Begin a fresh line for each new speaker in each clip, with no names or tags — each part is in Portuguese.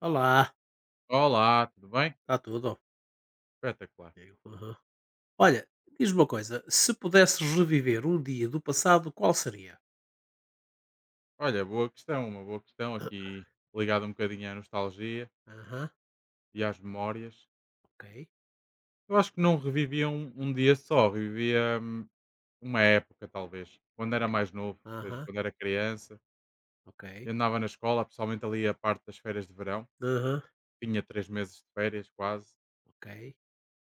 Olá,
Olá, tudo bem?
está tudo?
Espetacular.
Digo, aham. Olha, diz-me uma coisa, se pudesses reviver um dia do passado, qual seria?
Olha, boa questão, uma boa questão aqui ligada um bocadinho à nostalgia
Aham,
e às memórias.
ok.
Eu acho que não revivia um dia só, revivia uma época, talvez, quando era mais novo, ou seja,
Aham,
quando era criança
ok.
e andava na escola, principalmente ali a parte das férias de verão,
Aham,
tinha 3 meses de férias quase.
ok.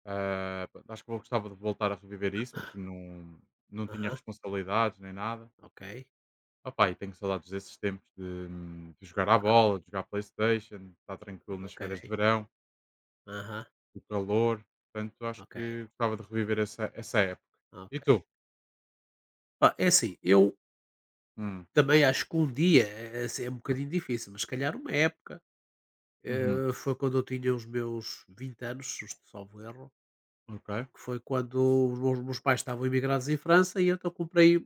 Acho que eu gostava de voltar a reviver isso, porque não tinha
Aham,
responsabilidades nem nada.
ok.
Opá, e tenho saudades desses tempos de jogar à bola, de jogar Playstation, de estar tranquilo nas
Ok.
férias de verão,
Aham,
o calor. Portanto, acho
ok.
que gostava de reviver essa época. E
Ok.
tu?
Pá, é assim, eu
Hum.
também acho que um dia é assim, é um bocadinho difícil, mas se calhar uma época.
Uhum.
Eh, foi quando eu tinha os meus 20 anos, se não salvo erro,
Ok.
que foi quando os meus pais estavam imigrados em França e então comprei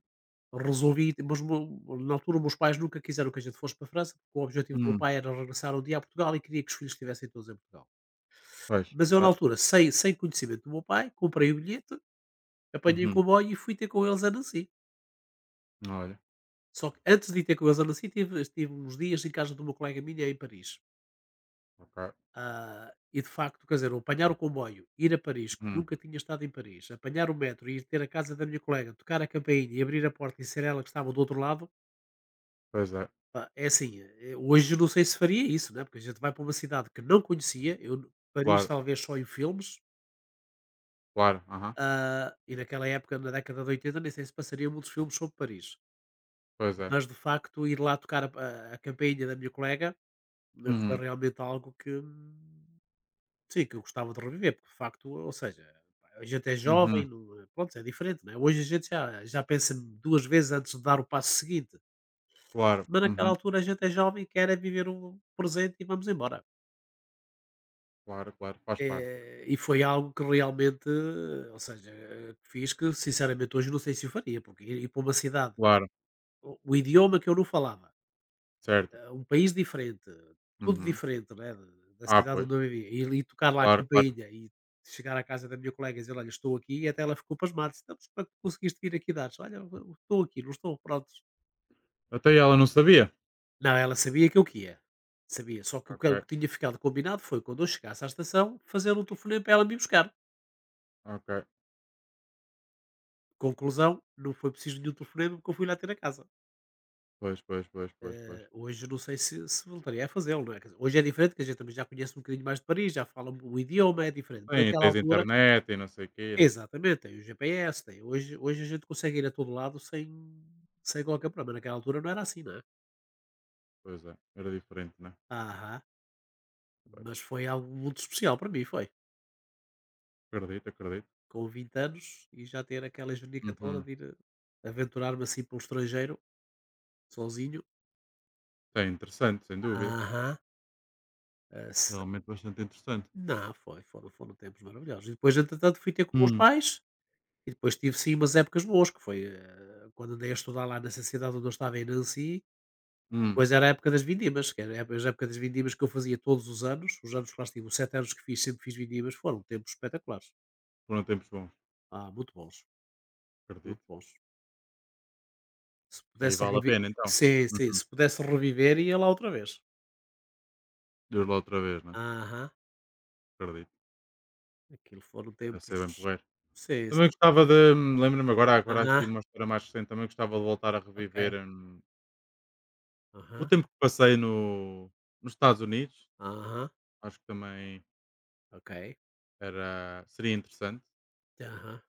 Resolvi mas o na altura, os meus pais nunca quiseram que a gente fosse para a França, porque o objetivo do meu
Hum.
pai era regressar um dia a Portugal e queria que os filhos estivessem todos em Portugal.
Pois,
Mas eu, na
ok.
altura, sem conhecimento do meu pai, comprei o bilhete, apanhei o
Uhum.
comboio e fui ter com eles a Nancy.
Olha,
Só que antes de ir ter com eles a Nancy, tive estive uns dias em casa de uma colega minha em Paris.
ok.
Ah, e de facto, quer dizer, apanhar o comboio, ir a Paris, que
Uhum.
nunca tinha estado em Paris, apanhar o metro e ir ter a casa da minha colega, tocar a campainha e abrir a porta e ser ela que estava do outro lado.
Pois é,
Pá, é assim, eh, hoje eu não sei se faria isso, né, porque a gente vai para uma cidade que não conhecia, eu Paris
claro,
talvez só em filmes.
claro, aham,
Ah, e naquela época, na década de 80, nem sei se passaria muitos filmes sobre Paris.
pois é.
Mas, de facto, ir lá tocar a campainha da minha colega eh, foi
Uhum.
realmente algo que, sim, que eu gostava de reviver, porque de facto, ou seja, pá, a gente é jovem,
Uhum.
não é, pronto, é diferente, né. Hoje a gente já pensa 2 vezes antes de dar o passo seguinte,
Claro.
mas naquela
Uhum.
altura a gente é jovem, quer é viver o presente e vamos embora.
Claro, claro, faz parte.
Eh, e foi algo que realmente, ou seja, que fiz, que sinceramente hoje não sei se o faria, porque ir para uma cidade,
Claro,
o idioma que eu não falava,
certo,
eh, um país diferente, tudo
uhum.
diferente, né, da
Ah,
cidade
pois,
onde eu vivia, e ali tocar lá a
claro, claro,
campainha e chegar à casa da minha colega e dizer, olha, estou aqui, e até ela ficou pasmada, disse: "Então, mas como é que conseguiste vir aqui dar? Olha, eu estou aqui, não estou", prontos.
até ela não sabia.
Não, ela sabia que eu que ia, sabia, só que o que, o
Ok,
que tinha ficado combinado foi quando eu chegasse à estação, fazer um telefonema para ela me buscar.
ok,
Conclusão, não foi preciso nenhum telefonema porque eu fui lá ter a casa.
pois, pois, pois, pois, pois.
Eh, hoje não sei se voltaria a fazê-lo, não é, quer dizer, hoje é diferente, que a gente também já conhece um bocadinho mais de Paris, já fala o idioma, é diferente, mas
Sim,
naquela
tens
altura
internet e não sei o quê, né?
exatamente, tem o GPS, tem, hoje a gente consegue ir a todo lado sem qualquer problema, naquela altura não era assim, não é?
Pois é, era diferente, né?
Aham.
Pois,
Mas foi algo muito especial para mim, foi.
acredito, acredito.
Com 20 anos e já ter aquela genica toda
Uhum.
de ir eh, aventurar-me assim pelo estrangeiro, sozinho.
É interessante, sem dúvida.
Aham. Ass
Realmente bastante interessante.
Não, foi, foram tempos maravilhosos. E depois, entretanto, fui ter com os
Hum.
pais e depois tive, sim, umas épocas boas, que foi eh, quando andei a estudar lá nessa cidade onde eu estava, em Nancy.
Hum.
Depois era a época das vindimas, que era a época as época das vindimas que eu fazia todos os anos que lá estive, os 7 anos que fiz, sempre fiz vindimas, foram tempos espetaculares.
Foram tempos bons,
Ah, muito bons, muito
acredito.
bons. Se
Aí
pudesse
vale a
reviver,
pena, então.
sim, sim,
Uhum.
se pudesse reviver ia lá outra vez.
Diz lá outra vez, né?
Aham,
Acredito.
aquilo foram
Deve ser bem
tempos,
porreiro.
sim, sim.
Também gostava de lembro-me agora, agora
Aham,
aqui uma história mais recente. Também gostava de voltar a reviver
ok,
o
aham,
tempo que passei no, nos Estados Unidos.
aham,
Acho que também
ok,
era, seria interessante.
aham.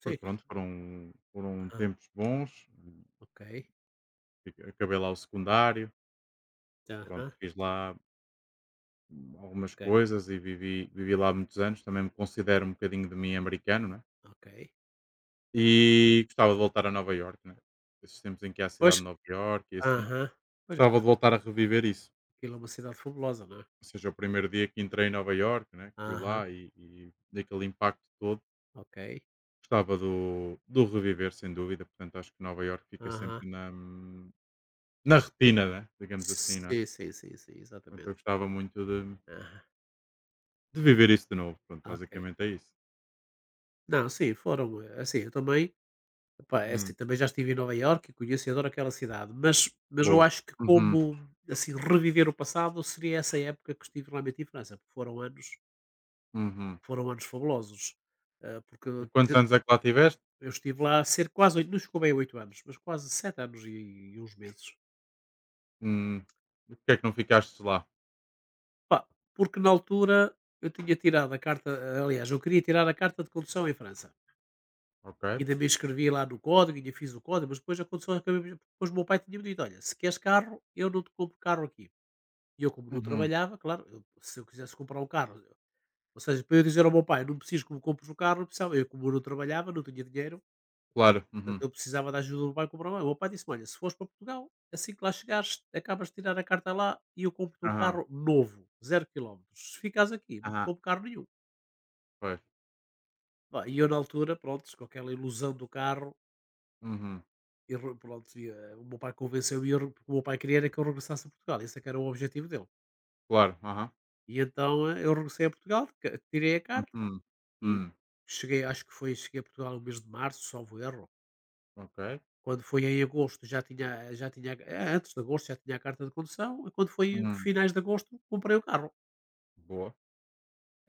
Sim.
Porque pronto, foram, foram
Ah,
tempos bons.
okay.
Acabei lá o secundário,
Ah,
pronto,
ok,
fiz lá algumas
okay.
coisas e vivi, vivi lá muitos anos. Também me considero um bocadinho de mim americano, né? E gostava de voltar a Nova York, né? Esses tempos em que há a
Pois,
cidade de Nova York e assim.
ah-ah. Pois,
Gostava
é,
de voltar a reviver isso.
aquilo é uma cidade fabulosa, não é?
Ou seja, o primeiro dia que entrei em Nova York, né? Que fui
Aham,
lá e daquele impacto todo.
ok.
Gostava do reviver, sem dúvida. Portanto, acho que Nova York fica
Aham.
sempre na, na retina, né? Digamos assim, né?
Sim, sim, sim, sim,
Portanto, eu
exatamente.
gostava muito
Aham,
de viver isso de novo. Pronto,
ok.
basicamente é isso.
Não, sim, foram, eh, assim, eu também, epá, é
Hum,
assim, também já estive em Nova Iorque e conheço e adoro aquela cidade, mas eu
boa.
acho que,
Uhum,
como, assim, reviver o passado seria essa época que estive realmente em França, porque foram anos
uhum.
foram anos fabulosos, hã, porque
E quantos anos é que lá tiveste?
eu estive lá cerca quase 8, não chegou bem a 8 anos, mas quase 7 anos e uns meses.
Hum, e porque é que não ficaste lá?
Pá, porque na altura eu tinha tirado a carta, aliás, eu queria tirar a carta de condução em França.
Ok.
Ainda me inscrevi lá no código, ainda fiz o código, mas depois a condução acabei, depois o meu pai tinha-me dito: "Olha, se queres carro, eu não te compro carro aqui". E eu, como não
Uhum,
trabalhava, claro, se eu quisesse comprar um carro, ou seja, para eu dizer ao meu pai não preciso que me compres o carro, não precisava, eu como não trabalhava não tinha dinheiro.
claro.
Portanto,
Uhum.
eu precisava da ajuda do banco para o meu o meu pai disse-me: "Olha, se fores para Portugal, assim que lá chegares, acabas de tirar a carta lá e eu compro-te um
Aham.
carro novo, 0 quilómetros. Se ficares aqui, não te
Aham.
compro carro nenhum".
Pois.
Pá, e eu na altura, pronto, com aquela ilusão do carro,
Uhum.
pronto, e, eh, o meu pai convenceu-me, e eu porque o meu pai queria era que eu regressasse a Portugal, esse é que era o objetivo dele.
Claro. Aham.
E então eh, eu regressei a Portugal, tirei a carta
Uhum.
e
Hum.
cheguei, acho que foi, cheguei a Portugal no mês de março, salvo erro.
Ok.
Quando foi em agosto já tinha, já tinha a antes de agosto já tinha a carta de condução, e quando foi
Hum.
finais de agosto comprei o carro.
Boa.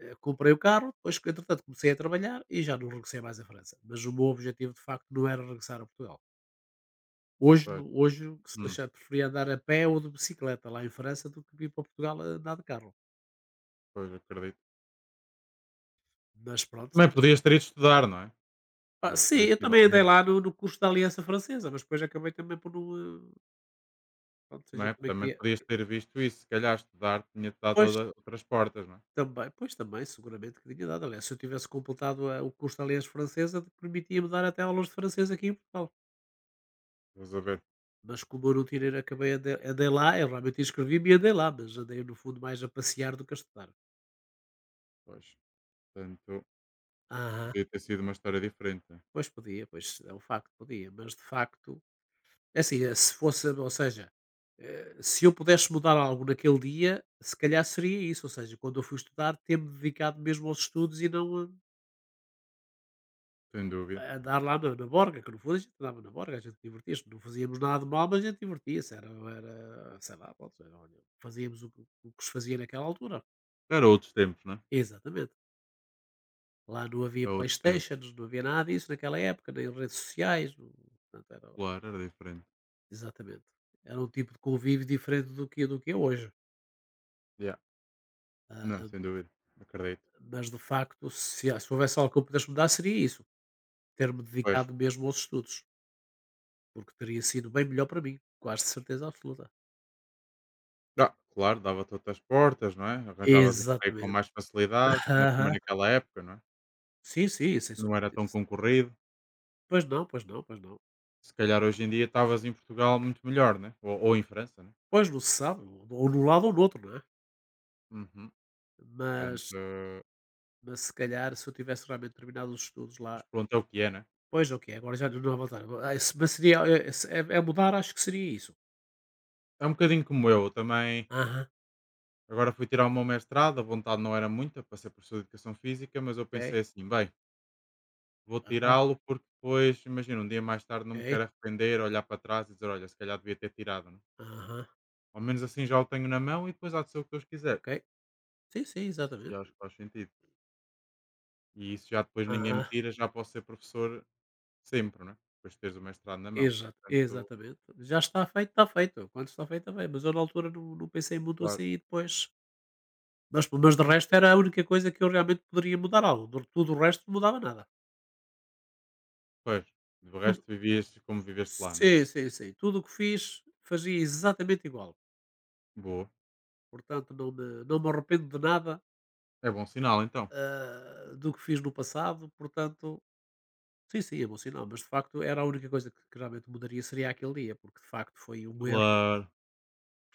Eh, comprei o carro, depois que entretanto comecei a trabalhar e já não regressei mais à França, mas o meu objetivo de facto não era regressar a Portugal.
Pois.
Hoje, o que se
Hum.
deixar, preferia andar a pé ou de bicicleta lá em França do que vir para Portugal a andar de carro.
Pois, acredito.
Mas pronto,
Também
mas
podias ter ido estudar, não é?
ah,
Pro-
sim, eu também andei
possivelmente.
lá no curso da Aliança Francesa, mas depois acabei também por não, eh, pronto, a
Não
gente
é?
também
Também
queria.
podias ter visto isso. Se calhar estudar tinha-te dado
Pois.
toda- outras portas, não é?
Também, pois também, seguramente que tinha dado. Aliás, se eu tivesse completado eh, o curso de Aliança Francesa, permitia-me dar até aulas de francês aqui em Portugal.
Resolver.
Mas como eu não tirei, acabei, andei lá, eu realmente inscrevi-me e andei lá, mas andei, no fundo, mais a passear do que a estudar.
Pois. Portanto,
Aham.
podia ter sido uma história diferente, né?
Pois podia, pois é um facto, podia, mas de facto é assim, eh, se fosse, ou seja, eh, se eu pudesse mudar algo naquele dia, se calhar seria isso, ou seja, quando eu fui estudar, ter-me dedicado mesmo aos estudos e não eh,
Sem
a
dúvida.
andar lá na Borga, que no fundo a gente andava na Borga, a gente divertia-se, não fazíamos nada de mal, mas a gente divertia-se, era, sei lá, pronto, era, olha, fazíamos o que o que se fazia naquela altura,
Era outros tempos, não é?
exatamente. Lá não havia
Era outros tempos,
Playstations, não havia nada disso naquela época, nem redes sociais, portanto, era,
claro, era diferente.
exatamente. Era um tipo de convívio diferente do que é hoje.
Yeah. Não,
Ah,
sem dúvida, acredito.
mas de facto, se houvesse algo que eu pudesse mudar, seria isso, ter-me
Pois,
dedicado mesmo aos estudos, porque teria sido bem melhor para mim, quase de certeza absoluta.
ah, claro, dava-te outras portas, não é? Arranjavas emprego com
Exatamente.
mais facilidade, na primeira naquela época, não é?
Sim, sim, sem sombra
Não era
de.
tão concorrido.
Pois não, pois não, pois não.
Se calhar hoje em dia estavas em Portugal muito melhor, né? Ou em França, né?
Pois, não se sabe, ou num lado ou no outro, não é?
Uhum.
Mas,
Portanto,
se calhar se eu tivesse realmente terminado os estudos lá,
mas pronto, é o que é, né?
pois ok, agora já não há volta. Ah, se, mas seria, se é mudar, acho que seria isso.
É um bocadinho como eu também.
Aham,
Agora fui tirar o meu mestrado, a vontade não era muita para ser professor de educação física, mas eu
ok.
pensei assim, bem, vou
Aham,
tirá-lo porque depois, imagina, um dia mais tarde não me
ok.
quero arrepender, olhar para trás e dizer, olha, se calhar devia ter tirado, né?
Aham,
Ao menos assim já o tenho na mão e depois há de ser o que Deus quiser.
ok. Sim, sim,
E
exatamente.
acho que faz sentido. E isso já depois ninguém me
Aham,
tira, já posso ser professor sempre, né? Depois de teres o mestrado na mão.
exa
Portanto,
exatamente. Já está feito, está feito. Quando está feito, está. Mas eu na altura não pensei muito
claro.
assim, e depois, mas de
Pois,
resto,
pois.
era a única coisa que eu realmente poderia mudar, algo de tudo o resto não mudava nada.
Pois. Do
Tudo
resto vivias como viveste lá, né?
Sei, sei, sei. Tudo o que fiz, fazia exatamente igual.
Boa.
Portanto, não me arrependo de nada,
É bom sinal, então.
do que fiz no passado, portanto sim, sim, é bom sinal, mas de facto era a única coisa que realmente mudaria seria aquele dia, porque de facto foi um erro
Claro.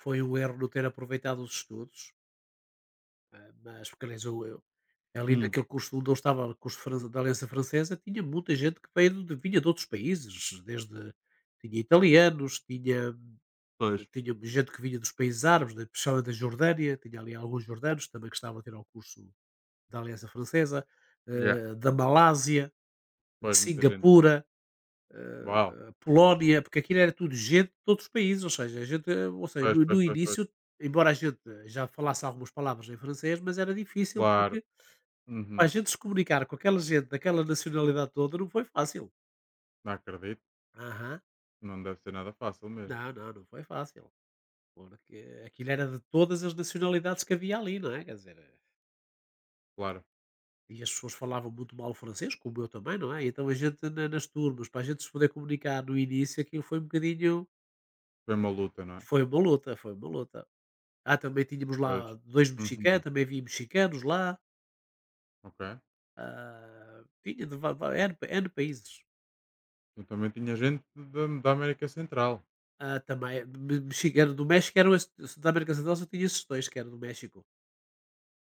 foi um erro não ter aproveitado os estudos, mas porque aliás eu ali
Hum,
naquele curso onde eu estava, curso fran da Aliança Francesa, tinha muita gente que veio de vinha de outros países, desde tinha italianos, tinha
pois.
tinha um gente que vinha dos países árabes, principalmente da Jordânia, tinha ali alguns jordanos também que estavam a ter o curso da Aliança Francesa,
Yeah.
da Malásia, de
Pois, muita gente.
Singapura, eh,
Uau.
Polónia, porque aquilo era tudo gente de todos os países, ou seja, a gente, ou seja,
Pois,
no,
pois,
no
pois, pois.
início, embora a gente já falasse algumas palavras em francês, mas era difícil
Claro.
porque a
Uhum.
gente se comunicar com aquela gente daquela nacionalidade toda não foi fácil.
Não acredito.
Aham.
Não deve ser nada fácil mesmo,
Não, não, não foi fácil. Porque aquilo era de todas as nacionalidades que havia ali, não é? Quer dizer,
claro.
e as pessoas falavam muito mal o francês, como eu também, não é? Então a gente, nas turmas, para a gente se poder comunicar no início, aquilo foi um bocadinho.
Foi uma luta, não é?
Foi uma luta, foi uma luta. Ah, também tínhamos
Pois.
lá dois mexicanos,
Uhum.
também havia mexicanos lá.
Ok.
Tinha de N, N países.
Então também tinha gente da América Central.
Ah, também, mexicano do México, eram esse, da América Central só tinha esses dois, que eram do México.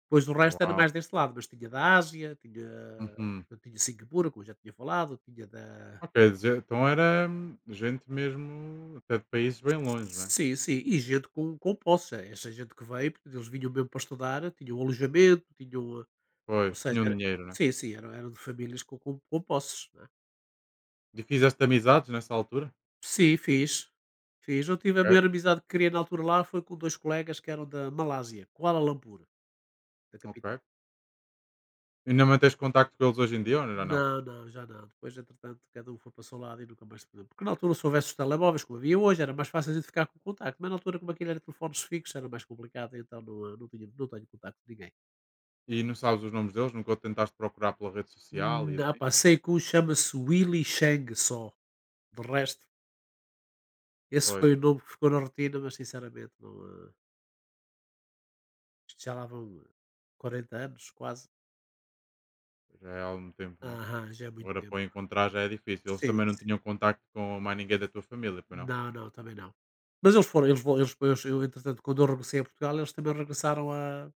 Depois do resto era
Uau.
mais deste lado, mas tinha da Ásia,
Uhum.
tinha Singapura, como eu já tinha falado, tinha da,
Ok, dizer- então era gente mesmo até de países bem longe, né?
sim, sim, e gente com posse, é essa gente que veio, porque eles vinham mesmo para estudar, tinham alojamento, tinham, ou
Pois,
seja,
tinham
era
dinheiro, né?
sim, sim, eram de famílias com posses, não é.
É? E fizeste amizades nessa altura?
Sim, fiz, fiz. Eu tive a
Ok.
maior amizade que criei na altura lá foi com 2 colegas que eram da Malásia, Kuala Lumpur, da capital.
Ok. Ainda mantens contacto com eles hoje em dia ou ainda não?
Não, não, já não. Depois entretanto cada um foi para o seu lado e nunca mais se falou, porque na altura se houvesse os telemóveis como havia hoje, era mais fácil a gente ficar com contacto, mas na altura como aquilo era telefones fixos, era mais complicado, então não, não tinha não tenho contacto com ninguém.
E não sabes os nomes deles? Nunca o tentaste procurar pela rede social e
Ah
assim?
pá, sei que um chama-se Willy Chang só, de resto, esse foi
Pois,
o nome que ficou na rotina, mas sinceramente não, eh, isto já lá vão 40 anos quase.
já é há algum tempo, né?
Aham, já é muito
Agora para
tempo.
o encontrar já é difícil. Eles
Sim,
também não
sim.
tinham contacto com mais ninguém da tua família, pois não?
Não, não, também não. Mas eles foram eles vão eles depois eu entretanto quando eu regressei a Portugal, eles também regressaram a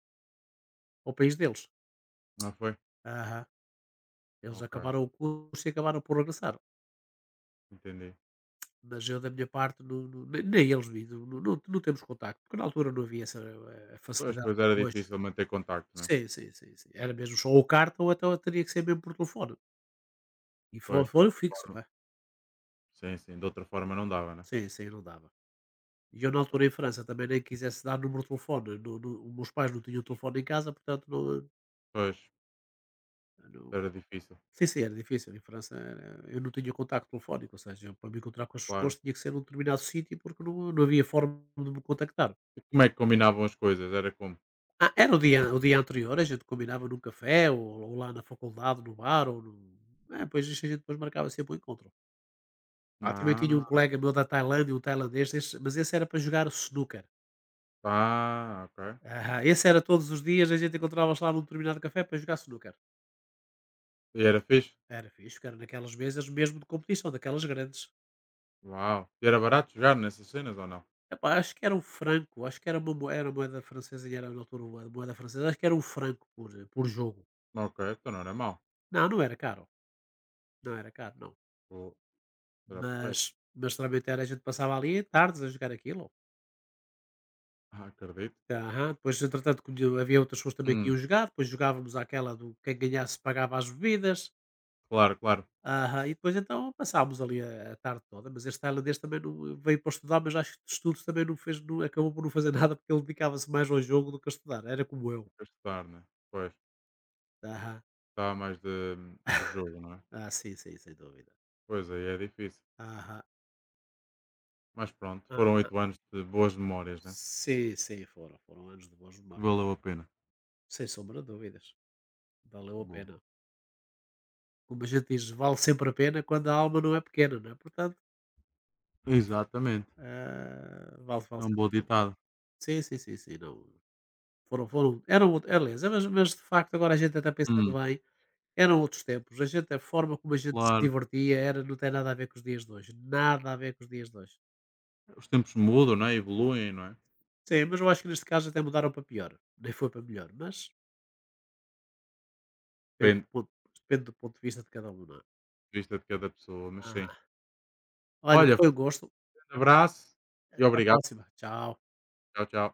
ao país deles.
Não foi?
Aham. Eles
Ok,
acabaram o curso e acabaram por regressar,
entendi.
mas eu da minha parte não nem eles vi, não temos contacto, porque na altura não havia essa,
Pois,
facilidade
pois
que há
era
hoje.
difícil manter contacto, né?
Sim, sim, sim, sim. Era mesmo só o carta ou então teria que ser mesmo por telefone. E fo
Pois, de
foi
outra
fixo,
forma.
não é?
Sim, sim, de outra forma não dava, né?
Sim, sim, não dava. E eu na
Pois,
altura em França também nem quisesse dar número de telefone, no meus pais não tinham telefone em casa, portanto não
pois,
não
era difícil,
sim, sim, era difícil. Em França era eu não tinha contacto telefónico, ou seja, eu para me encontrar com as
claro.
pessoas tinha que ser num determinado sítio porque não havia forma de me contactar.
E como é que combinavam as coisas? Era como?
Ah, era o dia anterior, a gente combinava num café ou lá na faculdade, no bar ou no é, pois a gente depois marcava sempre o encontro. Ah, também tinha um
Ah,
colega meu da Tailândia, um tailandês, esse mas esse era para jogar o snooker.
ah, ok.
Aham, esse era todos os dias, a gente encontrava-se lá num determinado café para jogar snooker.
E era fixe?
Era fixe, porque era naquelas mesas mesmo de competição, daquelas grandes.
Uau. E era barato jogar nessas cenas ou não?
Epá, acho que era um franco, acho que era moeda francesa e era na altura uma moeda francesa, acho que era um franco por jogo.
Ok, então não era mau.
Não, não era caro, não era caro, não.
Pô, era porreiro.
Mas realmente era, a gente passava ali tardes a jogar aquilo.
Ah, acredito.
Aham, depois, entretanto, havia outras pessoas também que iam
Hum,
jogar, depois jogávamos aquela do quem ganhasse pagava as bebidas.
claro, claro.
Aham. E depois então passámos ali a tarde toda, mas este tailandês também não veio para estudar, mas acho que de estudos também não acabou por não fazer nada, porque ele dedicava-se mais ao jogo do que a estudar, era como eu.
Nunca estudar, né? Pois.
Aham.
Gostava mais do jogo, não é?
Ah, sim, sim, sem dúvida.
Pois aí é difícil.
Aham.
Mas pronto,
Ah,
foram 8 anos de boas memórias, né?
sim, sim, foram, foram anos de boas
Que
memórias.
valeu a pena.
Sem sombra de dúvidas. Valeu a
Boa.
pena. Como a gente diz, vale sempre a pena quando a alma não é pequena, não é? Portanto,
Exatamente.
vale, vale
É um
sempre
bom
a pena.
ditado.
Sim, sim, sim, sim, não. Foram, foram, eram, aliás, é, mas de facto agora a gente até pensando
Hum,
bem, eram outros tempos. A forma como a gente se
Claro.
divertia era não tem nada a ver com os dias de hoje. Nada a ver com os dias de hoje.
Os tempos mudam, né? Evoluem, não é?
Sim, mas eu acho que neste caso até mudaram para pior. Nem foi para melhor, mas depende do
Depende
ponto, depende do ponto de vista de cada um, não é?
de vista de cada pessoa, mas sim.
Aham. Olha,
Olha,
foi um gosto.
um abraço e
Até à
obrigado.
próxima. Tchau.
Tchau, tchau.